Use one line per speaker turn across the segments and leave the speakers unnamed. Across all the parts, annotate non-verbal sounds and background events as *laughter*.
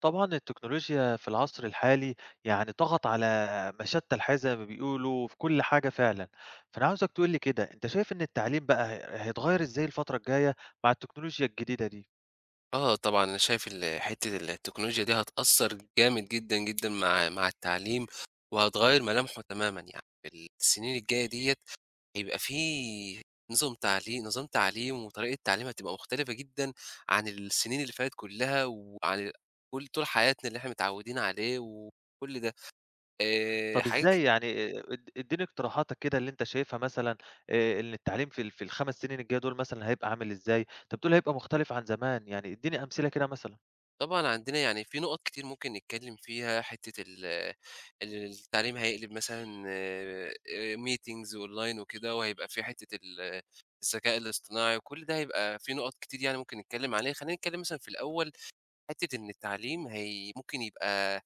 طبعًا التكنولوجيا في العصر الحالي يعني طغت على مشتّى الحياة زي ما بيقولوا في كل حاجة فعلًا، فأنا عاوزك تقول لي كده أنت شايف إن التعليم بقى هيتغيّر إزاي الفترة الجاية مع التكنولوجيا الجديدة دي؟
آه طبعًا، أنا شايف حتّة التكنولوجيا دي هتأثّر جامد جدًا، جدًا مع التعليم، وهتغيّر ملامحه تمامًا يعني، في السنين الجاية ديّة هيبقى في نظام تعليم وطريقة تعليم هتبقى مختلفة جدًا عن السنين اللي فاتت كلّها، كل طول حياتنا اللي إحنا متعوّدين عليه وكل ده،
طَب
حاجات
إزاي يعني ادّيني اقتراحاتك كده اللي أنت شايفها مثلًا، إن التعليم في ال5 سنين الجاية دول مثلًا هيبقى عامل إزاي؟ أنت بتقول هيبقى مختلف عن زمان، يعني ادّيني أمثلة كده مثلًا.
طبعًا. عندنا يعني في نقط كتير ممكن نتكلم فيها، حتّة ال التعليم هيقلب مثلًا meetings online وكده، وهيبقى في حتّة الذكاء الاصطناعي، وكل ده هيبقى في نقط كتير يعني ممكن نتكلم عليها. خلّينا نتكلم مثلًا في الأول حتّة إن التعليم هي ممكن يبقى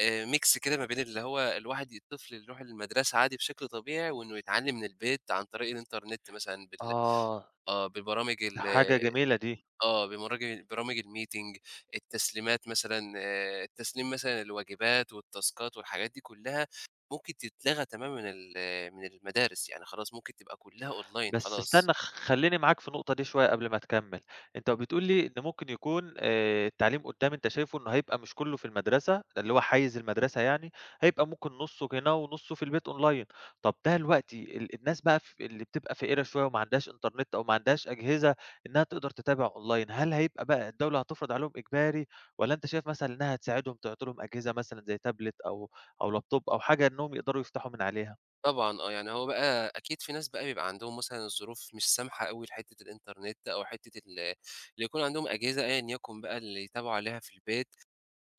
mix كده ما بين اللي هو الواحد الطفل يروح المدرسة عادي بشكل طبيعي، وإنه يتعلم من البيت عن طريق الإنترنت مثلًا بال،
آه،
آه، بالبرامج
ده
ال
حاجة جميلة دي.
آه، بمراج برامج الmeeting، التسليمات مثلًا التسليم مثلًا الواجبات والتاسكات والحاجات دي كلّها ممكن تتلغى
إمم.
تمامًا من المدارس، يعني خلاص ممكن تبقى كلّها online
بس
خلاص.
استنى، خلّيني معاك في النقطة دي شوية قبل ما تكمّل. أنت بتقول لي إن ممكن يكون التعليم قدّام أنت شايفه إنه هيبقى مش كلّه في المدرسة، اللي هو حيّز المدرسة يعني، هيبقى ممكن نُصّه هنا ونُصّه في البيت أونلاين. طَب ده دلوقتي الناس بقى، اللي بتبقى فقيرة شوية وما عندهاش إنترنت أو ما عندهاش أجهزة إنها تقدر تتابع أونلاين، هل هيبقى بقى الدولة هتفرض عليهم إجباري، والّا أنت شايف مثلًا إنها تساعدهم تعطي لهم أجهزة مثلًا زي تابلت أو لابتوب أو حاجة إنهم يقدروا يفتحوا من عليها؟
طبعًا آه، يعني هو بقى أكيد في ناس بقى بيبقى عندهم مثلًا الظروف مش سامحة أوي لحتّة الإنترنت أو حتّة اللي يكون عندهم أجهزة أيًا يكن بقى اللي يتابعوا عليها في البيت.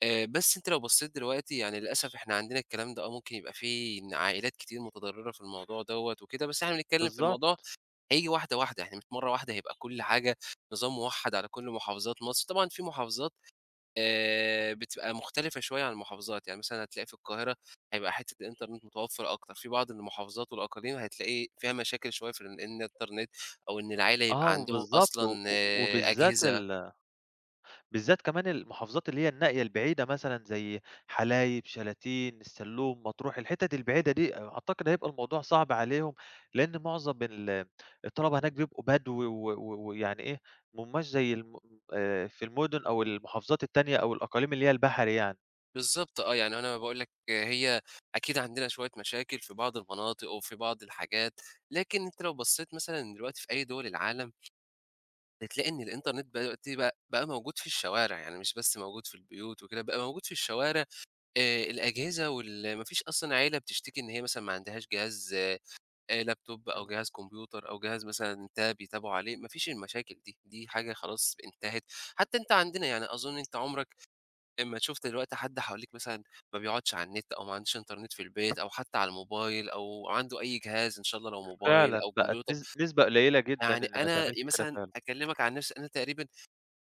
بس أنت لو بصّيت دلوقتي يعني للأسف إحنا عندنا الكلام ده آه، ممكن يبقى في إن عائلات كتير متضرّرة في الموضوع دوّة وكده، بس إحنا بنتكلّم في
بالضبط.
الموضوع. هييجي واحدة، واحدة، يعني مش مرّة واحدة هيبقى كل حاجة نظام موحّد على كل محافظات مصر، طبعًا في محافظات بتبقى مختلفة شوية عن المحافظات، يعني مثلًا هتلاقي في القاهرة هيبقى حتّة الإنترنت متوفّر أكتر، في بعض المحافظات والأقاليم هتلاقي فيها مشاكل شوية الإنترنت أو إن العيلة
آه،
يبقى عندهم
وبالضبط،
أصلًا آه،
وبالذات
أجهزة.
بالذات كمان المحافظات اللي هي النائية البعيدة مثلًا زي حلايب، شلاتين، السلوم، مطروح، الحتت البعيدة دي أعتقد هيبقى الموضوع صعب عليهم، لأن معظم الطلبة هناك بيبقوا بدو و و ويعني إيه، ما هماش زي في المدن أو المحافظات التانية أو الأقاليم اللي هي البحري يعني.
بالضبط آه، يعني أنا باقول لك هي أكيد عندنا شوية مشاكل في بعض المناطق وفي بعض الحاجات، لكن أنت لو بصّيت مثلًا دلوقتي في أي دول العالم بتلاقي إن الإنترنت دلوقتي بقى موجود في الشوارع، يعني مش بس موجود في البيوت وكده، بقى موجود في الشوارع. الأجهزة ما فيش أصلًا عيلة بتشتكي إن هي مثلًا ما عندهاش جهاز، لابتوب أو
إمم.
جهاز كمبيوتر أو جهاز مثلًا تاب يتابعوا عليه، ما فيش المشاكل دي، دي حاجة خلاص انتهت. حتى أنت عندنا يعني أظن أنت عمرك أمّا شُفت دلوقتي حد حواليك مثلًا ما بيقعدش على النت أو ما عندوش إنترنت في البيت أو حتى على الموبايل أو عنده أي جهاز إن شاء الله لو موبايل
فعلًا
أو
بقت
كمبيوتر،
نسبة قليلة جدًا
يعني
اللي ما
أنا
تعملش كده
مثلًا
فعلًا.
أكلمك عن نفسي، أنا تقريبًا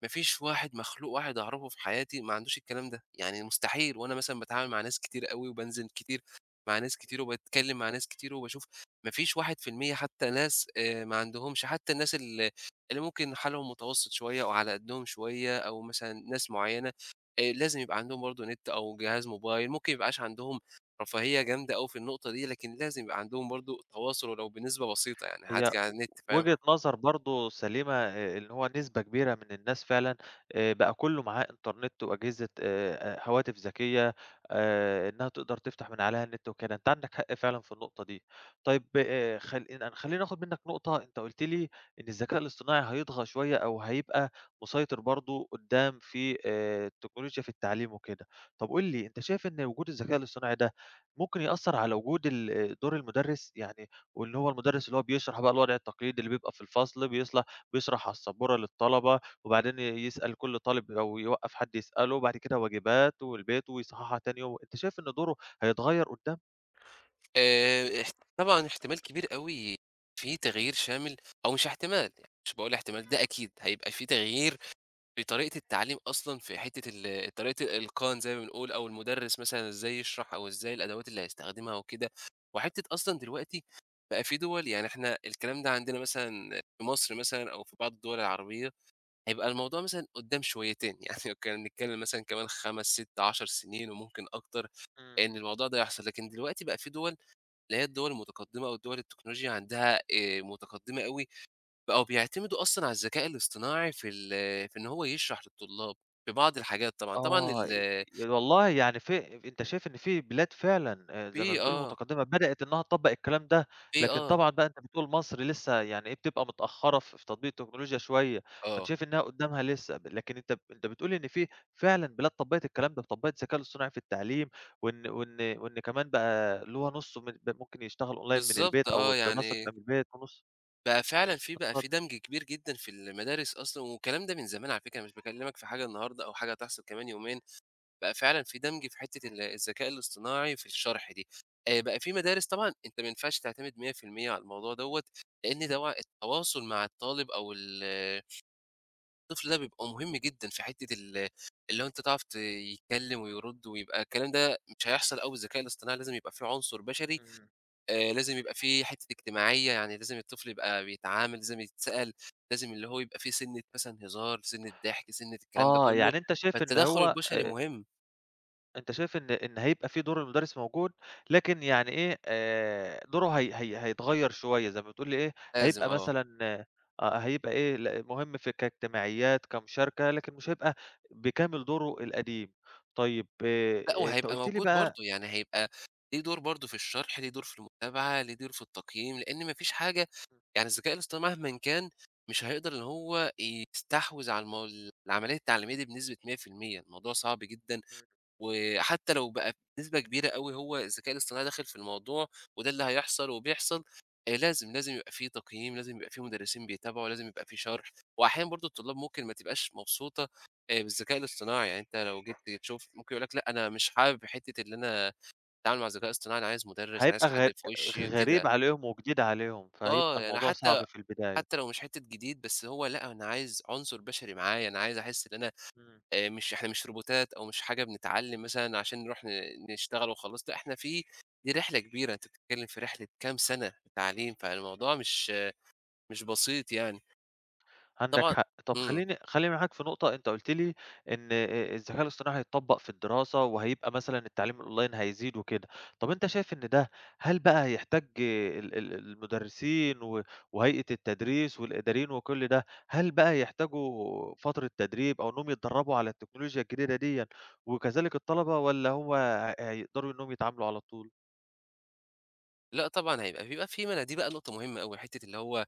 ما فيش واحد مخلوق أعرفه في حياتي ما عندوش الكلام ده، يعني مستحيل وأنا مثلًا باتعامل مع ناس كتير أوي وبانزل كتير مع ناس كتير وباتكلم مع ناس كتير وباشوف، ما فيش 1% حتى ناس، ما عندهمش حتى الناس ال اللي ممكن حالهم متوسط شوية أو على قدّهم شوية أو مثلًا ناس معيّنة، لازم يبقى عندهم برضه نت أو جهاز موبايل، ممكن ما يبقاش عندهم رفاهية جامدة أوي في النقطة دي، لكن لازم يبقى عندهم برضه تواصل ولو بنسبة بسيطة يعني
هي
حتى على النت، فاهم؟
وجهة نظر برضه سليمة، إن هو نسبة كبيرة من الناس فعلًا بقى كلّه معاه إنترنت وأجهزة، هواتف ذكية، إنها تقدر تفتح من عليها النت وكده، أنت عندك حق فعلًا في النقطة دي. طيب، أنا خلّيني آخد منك نقطة. أنت قُلت لي إن الذكاء الاصطناعي هيطغى شوية أو هيبقى مسيطر برضه قدّام في، التكنولوجيا في التعليم وكده. طب قُل لي، أنت شايف إن وجود الذكاء الاصطناعي ده ممكن يأثّر على وجود دور المدرس؟ يعني واللي هو المدرس اللي هو بيشرح بقى الوضع التقليدي اللي بيبقى في الفصل بيشرح على السبورة للطلبة، وبعدين يسأل كل طالب أو يوقّف حد يسأله، وبعد كده واجبات والبيت ويصحّحها تاني يوم. أنت شايف إن دوره هيتغيّر قدّام؟
اح طبعًا احتمال كبير أوي في تغيير شامل، أو مش احتمال، يعني مش باقول احتمال، ده أكيد هيبقى في تغيير في طريقة التعليم أصلًا في حتّة ال طريقة الإلقان زي ما بنقول، أو المُدرِّس مثلًا إزاي يشرح أو إزاي الأدوات اللي هيستخدمها وكده، وحتّة أصلًا دلوقتي بقى في دُول، يعني إحنا الكلام ده عندنا مثلًا في مصر مثلًا أو في بعض الدول العربية هيبقى الموضوع مثلًا قُدّام شويتين، *laughs* يعني لو كان نتكلّم مثلًا كمان 5، 6، 10 سنين وممكن أكتر
إمم.
إن الموضوع ده يحصل، لكن دلوقتي بقى في دُول اللي هي الدول المتقدمة أو الدول التكنولوجيا عندها متقدمة أوي، بقوا بيعتمدوا أصلًا على الذكاء الاصطناعي في إن هو يشرح للطلاب في بعض الحاجات طبعًا. طبعًا
آه،
ال
والله يعني في، أنت شايف إن في بلاد فعلًا، زي ما
في
بتقول
آه،
متقدمة بدأت إنها تطبّق الكلام ده،
في
لكن
آه،
طبعًا بقى أنت بتقول مصر لسه يعني إيه بتبقى متأخرة في تطبيق التكنولوجيا شوية، فأنت
آه،
شايف إنها قدامها لسه، لكن أنت بتقول إن في فعلًا بلاد طبّقت الكلام ده، طبّقت الذكاء الاصطناعي في التعليم، وإن كمان بقى اللي هو نُصّه من ب ممكن يشتغل أونلاين من
بالضبط
البيت أو
آه،
الدراسة
يعني
تبقى من البيت ونُصّ.
بقى فعلًا بقى
اتفضل.
في دمج كبير جدًا في المدارس أصلًا والكلام ده من زمان على فكرة، أنا مش باكلمك في حاجة النهارده أو حاجة هتحصل كمان يومين. بقى فعلًا في دمج في حتّة ال الذكاء الاصطناعي في الشرح دي. بقى في مدارس، طبعًا أنت ما ينفعش تعتمد 100% على الموضوع دوّة، لإن دوا التواصل مع الطالب أو ال الطفل ده بيبقى مهم جدًا في حتّة ال اللي هو أنت تعرف يتكلّم ويرُد ويبقى الكلام ده مش هيحصل أوي بالذكاء الاصطناعي، لازم يبقى في عنصر بشري.
إمم.
لازم يبقى في حتّة اجتماعية، يعني لازم الطفل يبقى بيتعامل، لازم يتسأل، لازم اللي هو يبقى في سِنّة مثلًا هزار، سِنّة ضحك، سِنّة الكلام ده
آه،
كُلّه،
يعني أنت شايف إن
فالتدخُّل
هو
البشري مهم،
أنت شايف إن هيبقى في دور المدرس موجود، لكن يعني إيه، دوره هي هي هيتغيّر شوية، زي ما بتقول لي إيه،
لازم
هيبقى
آه.
مثلًا. آه، هيبقى إيه، مهم في كاجتماعيات، كمشاركة، لكن مش هيبقى بكامل دوره القديم. طيب،
لأ،
أنت
وهيبقى
قُلت لي
موجود
بقى.
برضه، يعني هيبقى ليه دور برضه في الشرح، ليه دور في المتابعة، ليه دور في التقييم، لإن ما فيش حاجة
إمم.
يعني الذكاء الاصطناعي مهمًا كان مش هيقدر إن هو يستحوذ على العملية التعليمية دي بنسبة 100%، الموضوع صعب جدًا.
إمم.
وحتى لو بقى بنسبة كبيرة أوي هو الذكاء الاصطناعي داخل في الموضوع وده اللي هيحصل وبيحصل، لازم، لازم يبقى في تقييم، لازم يبقى في مدرسين بيتابعوا، لازم يبقى في شرح، وأحيانًا برضه الطلاب ممكن ما تبقاش مبسوطة بالذكاء الاصطناعي، يعني أنت لو جيت تشوف ممكن يقول لك لأ أنا مش حابب حتة اللي أنا أتعامل مع الذكاء
إمم،
الاصطناعي، أنا عايز مدرس، أنا
هيبقى
عايز حد في وشي
غريب
كده.
عليهم وجديد عليهم،
آه،
فهيبقى
يعني
الموضوع
حتى
صعب في البداية.
حتى لو مش حتة جديد بس هو لأ، أنا عايز عنصر بشري معايا، أنا عايز أحس إن أنا،
إمم.
مش إحنا مش روبوتات أو مش حاجة بنتعلّم مثلًا عشان نروح نشتغل وخلاص، لأ إحنا في، دي رحلة كبيرة، أنت بتتكلّم في رحلة كام سَنة تعليم، فالموضوع مش بسيط يعني.
عندك
طبعًا.
حق. طب
إمم.
خلّيني معاك في نقطة. أنت قُلت لي إن الذكاء الاصطناعي هيتطبّق في الدراسة وهيبقى مثلًا التعليم الأونلاين هيزيد وكده. طب أنت شايف إن ده، هل بقى هيحتاج ال المدرسين وهيئة التدريس والإداريين وكل ده، هل بقى يحتاجوا فترة تدريب أو إنّهم يتدرّبوا على التكنولوجيا الجديدة ديًّا وكذلك الطلبة، والّا هو هيقدروا إنّهم يتعاملوا على طول؟
لأ طبعًا هيبقى بيبقى في ما أنا دي بقى نقطة مهمة أوي، حتّة اللي هو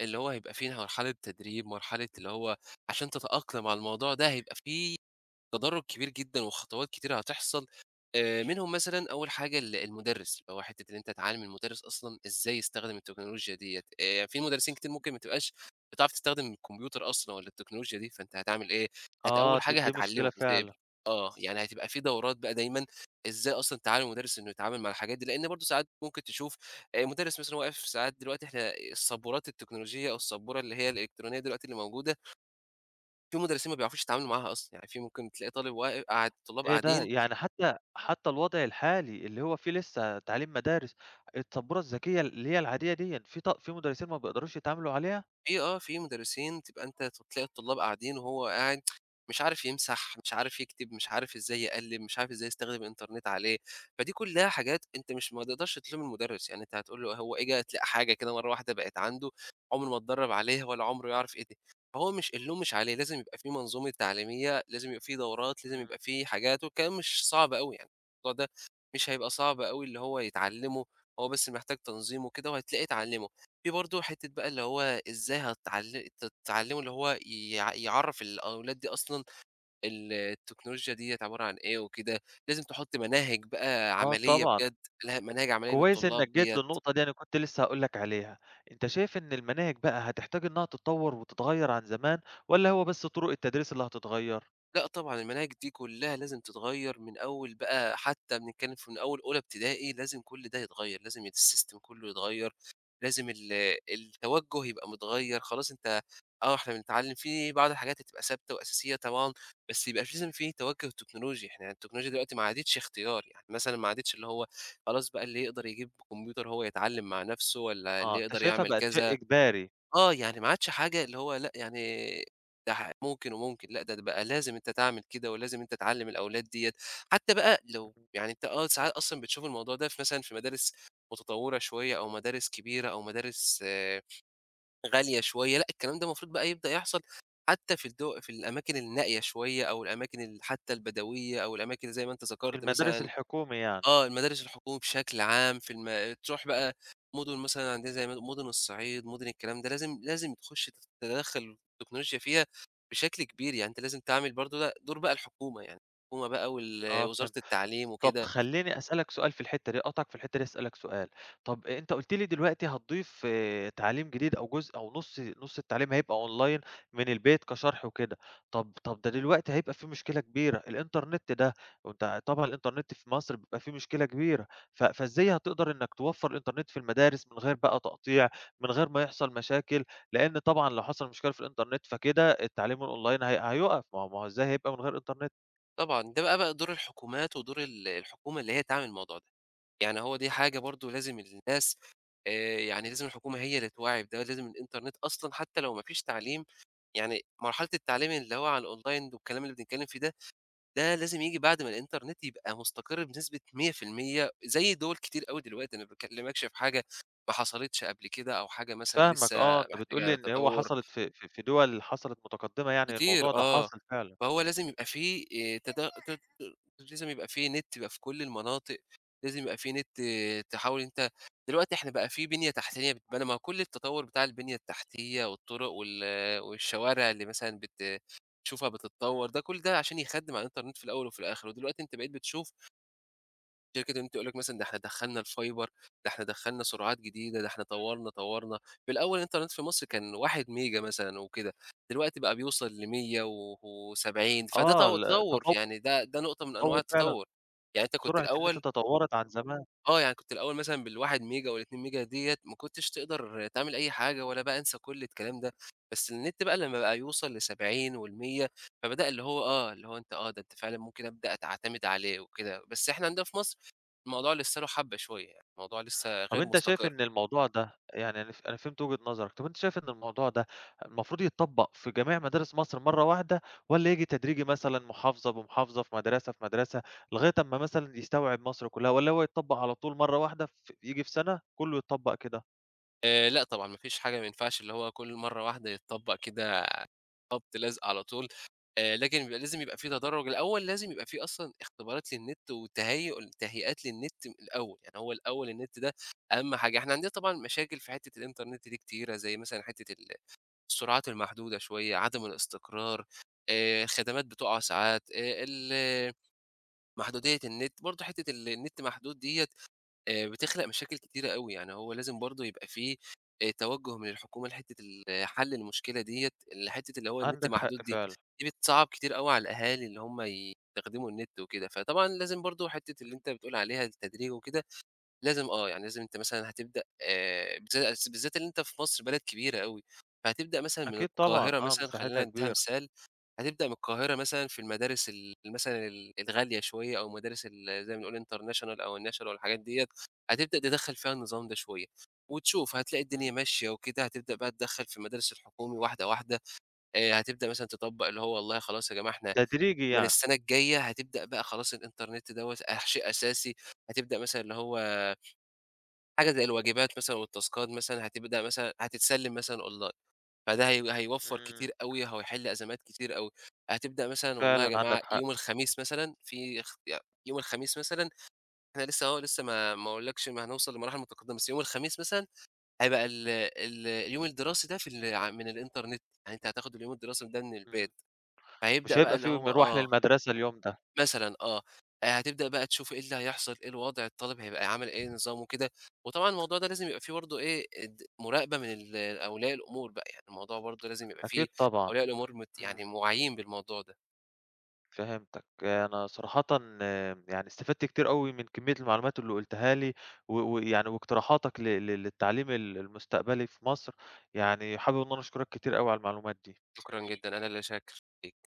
اللي هو هيبقى في مرحلة تدريب، مرحلة اللي هو عشان تتأقلم على الموضوع ده هيبقى في تدرّج كبير جدًا وخطوات كتيرة هتحصل. منهم مثلًا أول حاجة المُدرِّس، اللي هو حتّة إن أنت تعلِّم المُدرِّس أصلًا إزاي يستخدم التكنولوجيا ديّة، في مُدرِّسين كتير ممكن ما تبقاش بتعرف تستخدم الكمبيوتر أصلًا والّا التكنولوجيا دي، فأنت هتعمل إيه؟
آه،
أول حاجة
دي مشكلة
هتعلِّمه إزاي.
فعلًا.
آه، يعني هتبقى في دورات بقى دايمًا إزاي أصلًا تعلِّم المُدرِّس إنه يتعامل مع الحاجات دي، لإن برضه ساعات ممكن تشوف مُدرِّس مثلًا واقف، ساعات دلوقتي إحنا السبورات التكنولوجية أو السبورة اللي هي الإلكترونية دلوقتي اللي موجودة، في مدرسين ما بيعرفوش يتعاملوا معاها أصلًا، يعني في ممكن تلاقي طالب واق قاعد الطلاب
إيه ده!
قاعدين
يعني حتى الوضع الحالي اللي هو فيه لسه تعليم مدارس، السبورة الذكية اللي هي العادية ديًّا، في مدرسين ما بيقدروش يتعاملوا عليها؟
في آه، في مُدرّسين تبقى أنت تلاقي الطلاب قاعدين وهو قاعد مش عارف يمسح، مش عارف يكتب، مش عارف إزاي يقلِّم، مش عارف إزاي يستخدم الإنترنت عليه، فدي كُلّها حاجات أنت مش ما تقدرش تلوم المُدرّس، يعني أنت هتقول له هو إجا تلاقي حاجة كده مرّة واحدة بقت عنده، عُمره ما اتدرّب عليها ولا عُمره يعرف إيه دي، فهو مش اللوم مش عليه، لازم يبقى في منظومة تعليمية، لازم يبقى في دورات، لازم
إمم.
يبقى في حاجات، والكلام مش صعب أوي يعني، الموضوع ده مش هيبقى صعب أوي اللي هو يتعلّمه، هو بس محتاج تنظيم وكده وهتلاقيه اتعلّمه. في برضه حتة بقى اللي هو إزاي هتعل ت تعلّمه اللي هو يعرّف الأولاد دي أصلًا التكنولوجيا ديّة عبارة عن إيه وكده، لازم تحُط مناهج بقى
آه
عملية
طبعًا.
بجد، لها مناهج عملية
كويس إنك
للطلاب
جيت
ديّة.
للنقطة دي، أنا كنت لسه هاقول لك عليها. أنت شايف إن المناهج بقى هتحتاج إنها تتطور وتتغير عن زمان، والّا هو بس طرق التدريس اللي هتتغير؟
لأ طبعًا، المناهج دي كلّها لازم تتغيّر من أول بقى، حتى بنتكلّم في من أول أولى ابتدائي لازم كل ده يتغيّر، لازم الsystem كلّه يتغيّر، لازم التوجُّه يبقى متغيّر، خلاص أنت، آه، إحنا بنتعلّم في بعض الحاجات هتبقى ثابتة وأساسية طبعًا، بس يبقى لازم في توجُّه تكنولوجي، إحنا يعني التكنولوجيا دلوقتي ما عادتش اختيار، يعني مثلًا ما عادتش اللي هو خلاص بقى اللي يقدر يجيب كمبيوتر هو يتعلّم مع نَفْسه والّا
آه،
اللي
أنت
يقدر
شايفها
يعمل
بقت شيء
كذا.
إجباري.
آه، يعني ما عادش حاجة اللي هو لأ، يعني ده ممكن وممكن، لأ، ده بقى لازم أنت تعمل كده، ولازم أنت تعلّم الأولاد ديّة، حتى بقى لو
إمم.
يعني أنت آه، ساعات أصلًا بتشوف الموضوع ده في في مدارس متطوّرة شوية أو مدارس كبيرة أو مدارس آه، غالية شوية، لأ، الكلام ده المفروض بقى يبدأ يحصل حتى في الأماكن النائية شوية أو الأماكن ال حتى البدوية أو الأماكن زي ما أنت
في
ذكرت
المدارس
مثلًا.
الحكومي يعني.
آه، المدارس الحكومي بشكل عام في الم تروح بقى مدن مثلًا عندنا زي مدن الصعيد، مدن الكلام ده، لازم تخش تتدخّل التكنولوجيا فيها بشكل كبير، يعني أنت لازم تعمل برضه ده دور بقى الحكومة، يعني الحكومة بقى
آه،
وزارة
فهمت.
التعليم
طب
وكده.
خلّيني أسألك سؤال في الحتّة دي، أقاطعك في الحتّة دي أسألك سؤال. طب أنت قُلت لي دلوقتي هتضيف، تعليم جديد أو جزء أو نُص التعليم هيبقى أونلاين من البيت كشرح وكده. طب ده دلوقتي هيبقى في مشكلة كبيرة، الإنترنت ده، وأنت طبعًا الإنترنت في مصر بيبقى فيه مشكلة كبيرة، فإزاي هتقدر إنّك توفّر الإنترنت في المدارس من غير بقى تقطيع، من غير ما يحصل مشاكل، لإن طبعًا لو حصل مشكلة في الإنترنت فكده التعليم الأونلاين هيُقف، ما هو إزاي هيبقى من غير إنترنت؟
طبعًا ده بقى دور الحكومات ودور الحكومة اللي هي تعمل الموضوع ده، يعني هو دي حاجة برضه لازم الناس، يعني
إمم.
لازم الحكومة هي اللي توعّي بده، لازم الإنترنت أصلًا حتى لو ما فيش تعليم، يعني مرحلة التعليم اللي هو على الأونلاين والكلام اللي بنتكلم فيه ده، ده لازم ييجي بعد ما الإنترنت يبقى مستقر بنسبة 100% زي دول كتير أوي دلوقتي، أنا ما باكلّمكش في حاجة ما حصلتش قبل كده أو حاجة مثلًا
فاهمك،
لسه
آه، أنت بتقول لي
محتاجة
إن هو
تطوّر
حصلت، في دول حصلت متقدمة، يعني الموضوع
كتير.
ده
آه،
حاصل فعلًا.
فهو لازم يبقى في، تدا ت لازم يبقى في نت، يبقى في كل المناطق، لازم يبقى في نت إيه، تحاول أنت دلوقتي إحنا بقى في بنية تحتية بتتبنى، ما هو كل التطوّر بتاع البنية التحتية والطرق والشوارع اللي مثلًا بتشوفها بتتطوّر،
إمم.
ده كل ده عشان يخدِّم على الإنترنت في الأول وفي الآخر، ودلوقتي أنت بقيت بتشوف شركة النت يقول لك مثلًا ده إحنا دخّلنا الفايبر، ده إحنا دخّلنا سرعات جديدة، ده إحنا طوّرنا، طوّرنا. في الأول الإنترنت في مصر كان 1 ميجا مثلًا وكده، دلوقتي بقى بيوصل ل100 و و70، فده
آه، ال
تطوّر،
التطور
يعني ده نقطة من أنواع
التطور فعلًا،
التطوّر. يعني أنت كنت
سرعة النت
الأول،
تطورت عن زمان.
آه، يعني كنت الأول مثلًا بال1 ميجا وال2 ميجا ديّة ما كنتش تقدر تعمل أي حاجة، ولا بقى انسى كل الكلام ده، بس النت بقى لمّا
إمم.
بقى يوصل ل70 وال100، فبدأ اللي هو آه، اللي هو أنت آه، ده أنت فعلًا ممكن أبدأ أت أعتمد عليه وكده، بس إحنا عندنا في مصر الموضوع لسه له حبة شوية يعني، الموضوع لسه
طب
غير
أنت شايف
مستقر.
إن الموضوع ده، يعني أنا، أنا فهمت وجهة نظرك. طب أنت شايف إن الموضوع ده المفروض يتطبّق في جميع مدارس مصر مرّة واحدة، والّا ييجي تدريجي مثلًا محافظة بمحافظة، في مدرسة في مدرسة، لغاية أمّا مثلًا يستوعب مصر كلها، والّا هو يتطبّق على طول مرّة واحدة، ييجي في سنة كلّه يتطبّق كده؟
لأ طبعًا ما فيش حاجة ما ينفعش اللي هو كل مرّة واحدة يتطبّق كده خبط لازق على طول، لكن بيبقى لازم يبقى في تدرُّج الأول، لازم يبقى في أصلًا اختبارات للنت تهيئات للنت من الأول، يعني هو الأول النت ده أهم حاجة، إحنا عندنا طبعًا مشاكل في حتّة الإنترنت دي كتيرة، زي مثلًا حتّة ال السرعات المحدودة شوية، عدم الاستقرار، خدمات بتُقع ساعات، ال محدودية النت، برضه حتّة ال النت محدود ديّة بتخلق مشاكل كتيرة أوي، يعني هو لازم برضه يبقى في توجُّه من الحكومة لحتّة حَل المشكلة ديّة، لحتّة اللي هو النت
عندك حق
محدود دي،
فعلًا.
دي بتصعّب كتير أوي على الأهالي اللي هم يستخدموا النت وكده، فطبعًا لازم برضه حتّة اللي أنت بتقول عليها التدريج وكده، لازم آه، يعني لازم أنت مثلًا هتبدأ بالذات إن أنت في مصر بلد كبيرة أوي، فهتبدأ مثلًا من
أكيد طبعًا،
القاهرة
آه،
مثلًا،
مساحتها
خلّينا ندّيها
كبيرة.
مثال، هتبدأ من القاهرة مثلًا في المدارس ال مثلًا ال الغالية شوية أو مدارس زي ما بنقول international أو الnational والحاجات ديّة، هتبدأ تدخّل فيها النظام ده شوية، وتشوف هتلاقي الدنيا
إمم.
ماشية وكده، هتبدأ بقى تدخّل في المدارس الحكومي واحدة، واحدة. هتبدأ مثلًا تطبّق اللي هو والله خلاص يا جماعة إحنا
تدريجي
من
يعني.
السنة الجاية هتبدأ بقى خلاص الإنترنت دوّة شيء أساسي، هتبدأ مثلًا اللي هو حاجة زي الواجبات مثلًا والتاسكات مثلًا هتبدأ مثلًا هتتسلّم مثلًا أونلاين، فده هي هيوفّر
إمم.
كتير أوي، هو هيحل أزمات كتير أوي. هتبدأ مثلًا والله يا
فعلًا
جماعة
عندك حق.
يوم الخميس مثلًا في اخت ي يوم الخميس مثلًا إحنا لسه أهو لسه ما أقولكش ما هنوصل لمراحل متقدمة، بس يوم الخميس مثلًا هيبقى ال اليوم الدراسي ده في ال ع من الإنترنت، يعني أنت هتاخد اليوم الدراسي ده من البيت،
إمم. مش
فهيبدأ بقى
هيبقى في
اللي هو
مروح
آه.
للمدرسة اليوم ده.
مثلًا آه، هتبدأ بقى تشوف إيه اللي هيحصل، إيه الوضع، الطالب هيبقى عامل إيه، نظامه كده، وطبعًا الموضوع ده لازم يبقى فيه برضه إيه، مراقبة من أولياء الأمور بقى، يعني الموضوع برضه لازم يبقى
أكيد
فيه
طبعًا.
أولياء الأمور يعني
إمم.
واعيين بالموضوع ده.
فهمتك. أنا صراحةً يعني استفدت كتير أوي من كمية المعلومات اللي قُلتها لي، ويعني واقتراحاتك ل للتعليم المستقبلي في مصر، يعني حابب إن أنا أشكرك كتير أوي على المعلومات دي.
شكرًا جدًا، أنا اللي شاكر ليك.